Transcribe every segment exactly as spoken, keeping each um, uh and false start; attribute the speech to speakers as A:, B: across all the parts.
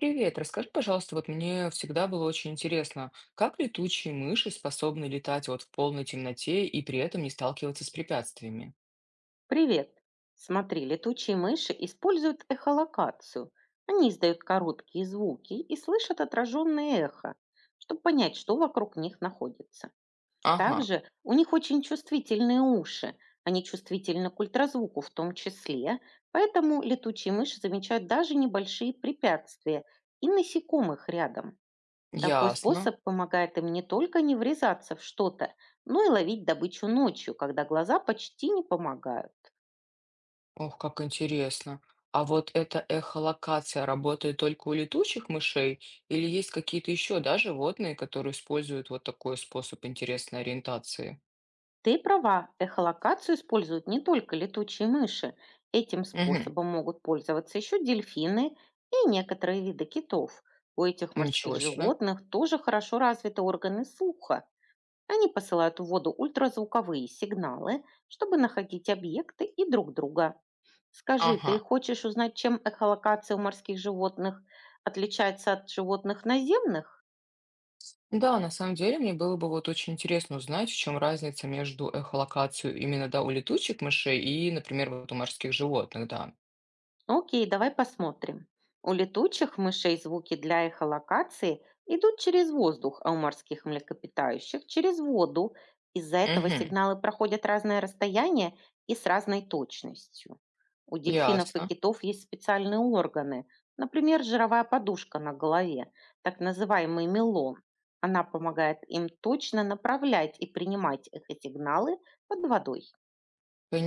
A: Привет, расскажи, пожалуйста, вот мне всегда было очень интересно, как летучие мыши способны летать вот в полной темноте и при этом не сталкиваться с препятствиями?
B: Привет. Смотри, летучие мыши используют эхолокацию. Они издают короткие звуки и слышат отраженное эхо, чтобы понять, что вокруг них находится.
A: Ага,
B: Также у них очень чувствительные уши. Они чувствительны к ультразвуку в том числе, поэтому летучие мыши замечают даже небольшие препятствия и насекомых рядом. Такой
A: ясно.
B: способ помогает им не только не врезаться в что-то, но и ловить добычу ночью, когда глаза почти не помогают.
A: Ох, как интересно. А вот эта эхолокация работает только у летучих мышей или есть какие-то еще, да, животные, которые используют вот такой способ интересной ориентации?
B: Ты права, эхолокацию используют не только летучие мыши. Этим
A: Угу,
B: способом могут пользоваться еще дельфины и некоторые виды китов. У этих морских
A: ничего себе.
B: животных тоже хорошо развиты органы слуха. Они посылают в воду ультразвуковые сигналы, чтобы находить объекты и друг друга. Скажи, ты
A: Ага.
B: хочешь узнать, чем эхолокация у морских животных отличается от животных наземных?
A: Да, на самом деле мне было бы вот очень интересно узнать, в чем разница между эхолокацией именно, да, у летучих мышей и, например, вот у морских животных, да.
B: Окей, давай посмотрим. У летучих мышей звуки для эхолокации идут через воздух, а у морских млекопитающих через воду. Из-за этого
A: Угу,
B: сигналы проходят разное расстояние и с разной точностью. У дельфинов и
A: ясно,
B: китов есть специальные органы, например, жировая подушка на голове, так называемый мелон. Она помогает им точно направлять и принимать эхосигналы под водой.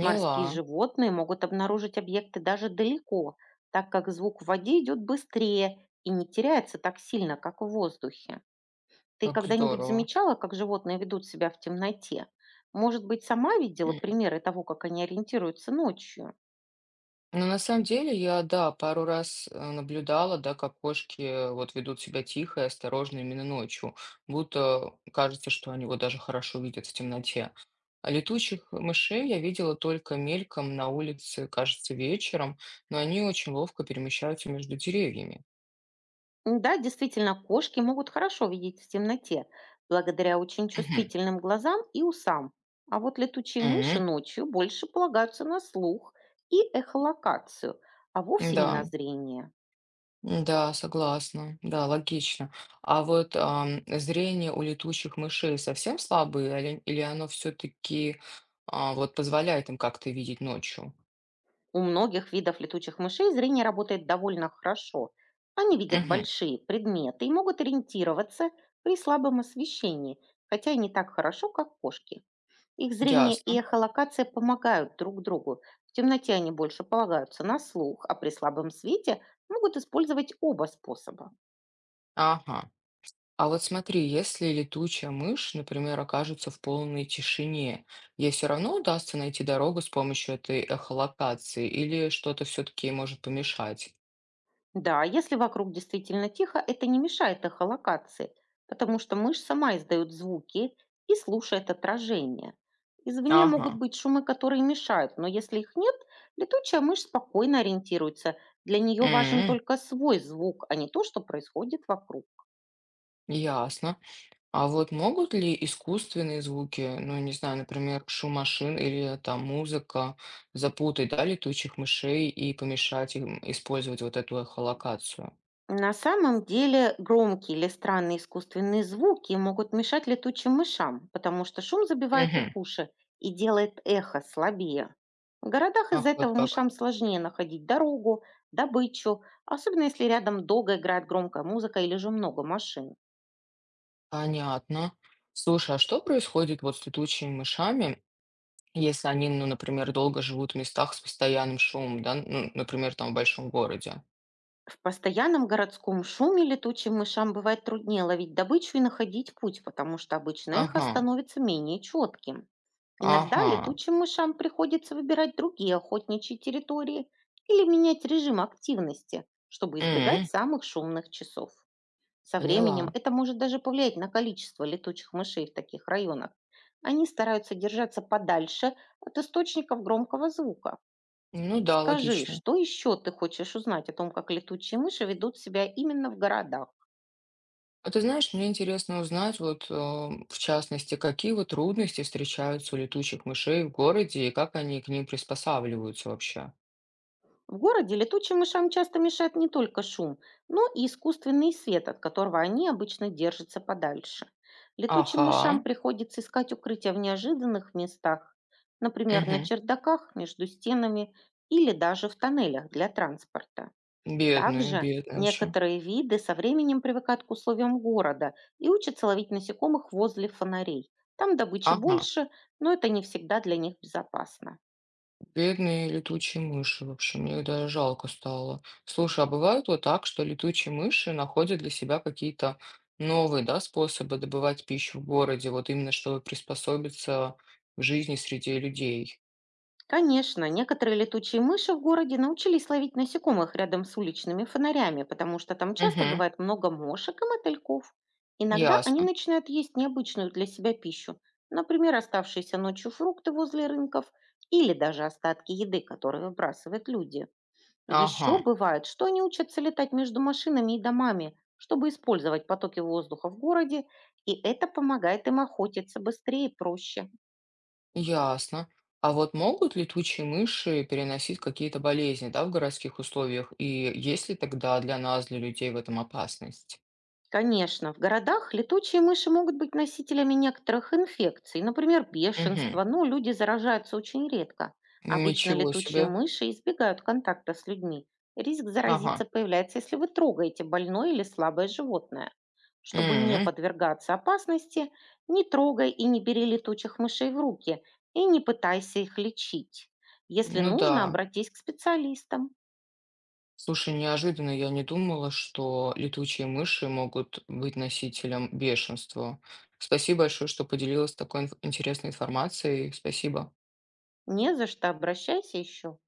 B: Морские животные могут обнаружить объекты даже далеко, так как звук в воде идет быстрее и не теряется так сильно, как в воздухе. Ты
A: как
B: когда-нибудь
A: здорово.
B: замечала, как животные ведут себя в темноте? Может быть, сама видела примеры того, как они ориентируются ночью?
A: Ну, на самом деле, я, да, пару раз э, наблюдала, да, как кошки э, вот ведут себя тихо и осторожно именно ночью, будто кажется, что они вот даже хорошо видят в темноте. А летучих мышей я видела только мельком на улице, кажется, вечером, но они очень ловко перемещаются между деревьями.
B: М, да, действительно, кошки могут хорошо видеть в темноте, благодаря очень
A: Мгм.
B: чувствительным глазам и усам. А вот летучие мыши
A: М.
B: ночью больше полагаются на слух и эхолокацию, а вовсе не
A: Да.
B: на зрение.
A: Да, согласна. Да, логично. А вот ам, зрение у летучих мышей совсем слабое, или, или оно все-таки вот позволяет им как-то видеть ночью?
B: У многих видов летучих мышей зрение работает довольно хорошо. Они видят
A: Угу,
B: большие предметы и могут ориентироваться при слабом освещении, хотя и не так хорошо, как кошки. Их зрение и
A: ясно.
B: эхолокация помогают друг другу. В темноте они больше полагаются на слух, а при слабом свете могут использовать оба способа.
A: Ага. А вот смотри, если летучая мышь, например, окажется в полной тишине, ей все равно удастся найти дорогу с помощью этой эхолокации, или что-то все-таки может помешать?
B: Да, если вокруг действительно тихо, это не мешает эхолокации, потому что мышь сама издает звуки и слушает отражение. Извне могут
A: Ага.
B: быть шумы, которые мешают, но если их нет, летучая мышь спокойно ориентируется. Для нее важен
A: М.
B: только свой звук, а не то, что происходит вокруг.
A: Ясно. А вот могут ли искусственные звуки, ну, не знаю, например, шум машин или там музыка, запутать, да, летучих мышей и помешать им использовать вот эту эхолокацию?
B: На самом деле громкие или странные искусственные звуки могут мешать летучим мышам, потому что шум забивает
A: Угу.
B: их уши и делает эхо слабее. В городах из-за
A: Ах, вот
B: этого
A: как.
B: мышам сложнее находить дорогу, добычу, особенно если рядом долго играет громкая музыка или же много машин.
A: Понятно. Слушай, а что происходит вот с летучими мышами, если они, ну, например, долго живут в местах с постоянным шумом, да, ну, например, там в большом городе?
B: В постоянном городском шуме летучим мышам бывает труднее ловить добычу и находить путь, потому что обычно эхо
A: Ага,
B: становится менее четким. Иногда
A: ага.
B: летучим мышам приходится выбирать другие охотничьи территории или менять режим активности, чтобы избегать
A: М.
B: самых шумных часов. Со временем
A: Поняла.
B: это может даже повлиять на количество летучих мышей в таких районах. Они стараются держаться подальше от источников громкого звука.
A: Ну да,
B: Скажи,
A: логично.
B: что еще ты хочешь узнать о том, как летучие мыши ведут себя именно в городах?
A: А ты знаешь, мне интересно узнать, вот, э, в частности, какие вот трудности встречаются у летучих мышей в городе и как они к ним приспосабливаются вообще?
B: В городе летучим мышам часто мешает не только шум, но и искусственный свет, от которого они обычно держатся подальше. Летучим мышам
A: Ага,
B: приходится искать укрытия в неожиданных местах, например, на
A: угу.
B: чердаках, между стенами или даже в тоннелях для транспорта.
A: Бедные,
B: Также
A: бедные вообще.
B: некоторые виды со временем привыкают к условиям города и учатся ловить насекомых возле фонарей. Там добычи
A: Ага,
B: больше, но это не всегда для них безопасно.
A: бедные летучие мыши вообще, мне их даже жалко стало. Слушай, а бывает вот так, что летучие мыши находят для себя какие-то новые, да, способы добывать пищу в городе, вот именно чтобы приспособиться к жизни среди людей?
B: Конечно, некоторые летучие мыши в городе научились ловить насекомых рядом с уличными фонарями, потому что там часто
A: Угу,
B: бывает много мошек и мотыльков. Иногда они
A: ясно.
B: начинают есть необычную для себя пищу, например, оставшиеся ночью фрукты возле рынков или даже остатки еды, которые выбрасывают люди.
A: Ага.
B: Еще бывает, что они учатся летать между машинами и домами, чтобы использовать потоки воздуха в городе, и это помогает им охотиться быстрее и проще.
A: Ясно. А вот могут летучие мыши переносить какие-то болезни, да, в городских условиях? И есть ли тогда для нас, для людей, в этом опасность?
B: Конечно, в городах летучие мыши могут быть носителями некоторых инфекций, например,
A: Угу.
B: бешенства, но люди заражаются очень редко. Обычно
A: Ничего
B: летучие
A: себе.
B: мыши избегают контакта с людьми. Риск заразиться
A: Ага.
B: появляется, если вы трогаете больное или слабое животное. Чтобы не
A: М.
B: подвергаться опасности, не трогай и не бери летучих мышей в руки и не пытайся их лечить. Если
A: Ну
B: нужно,
A: да.
B: обратись к специалистам.
A: Слушай, неожиданно я не думала, что летучие мыши могут быть носителем бешенства. Спасибо большое, что поделилась такой инф- интересной информацией. Спасибо.
B: Не за что, обращайся еще.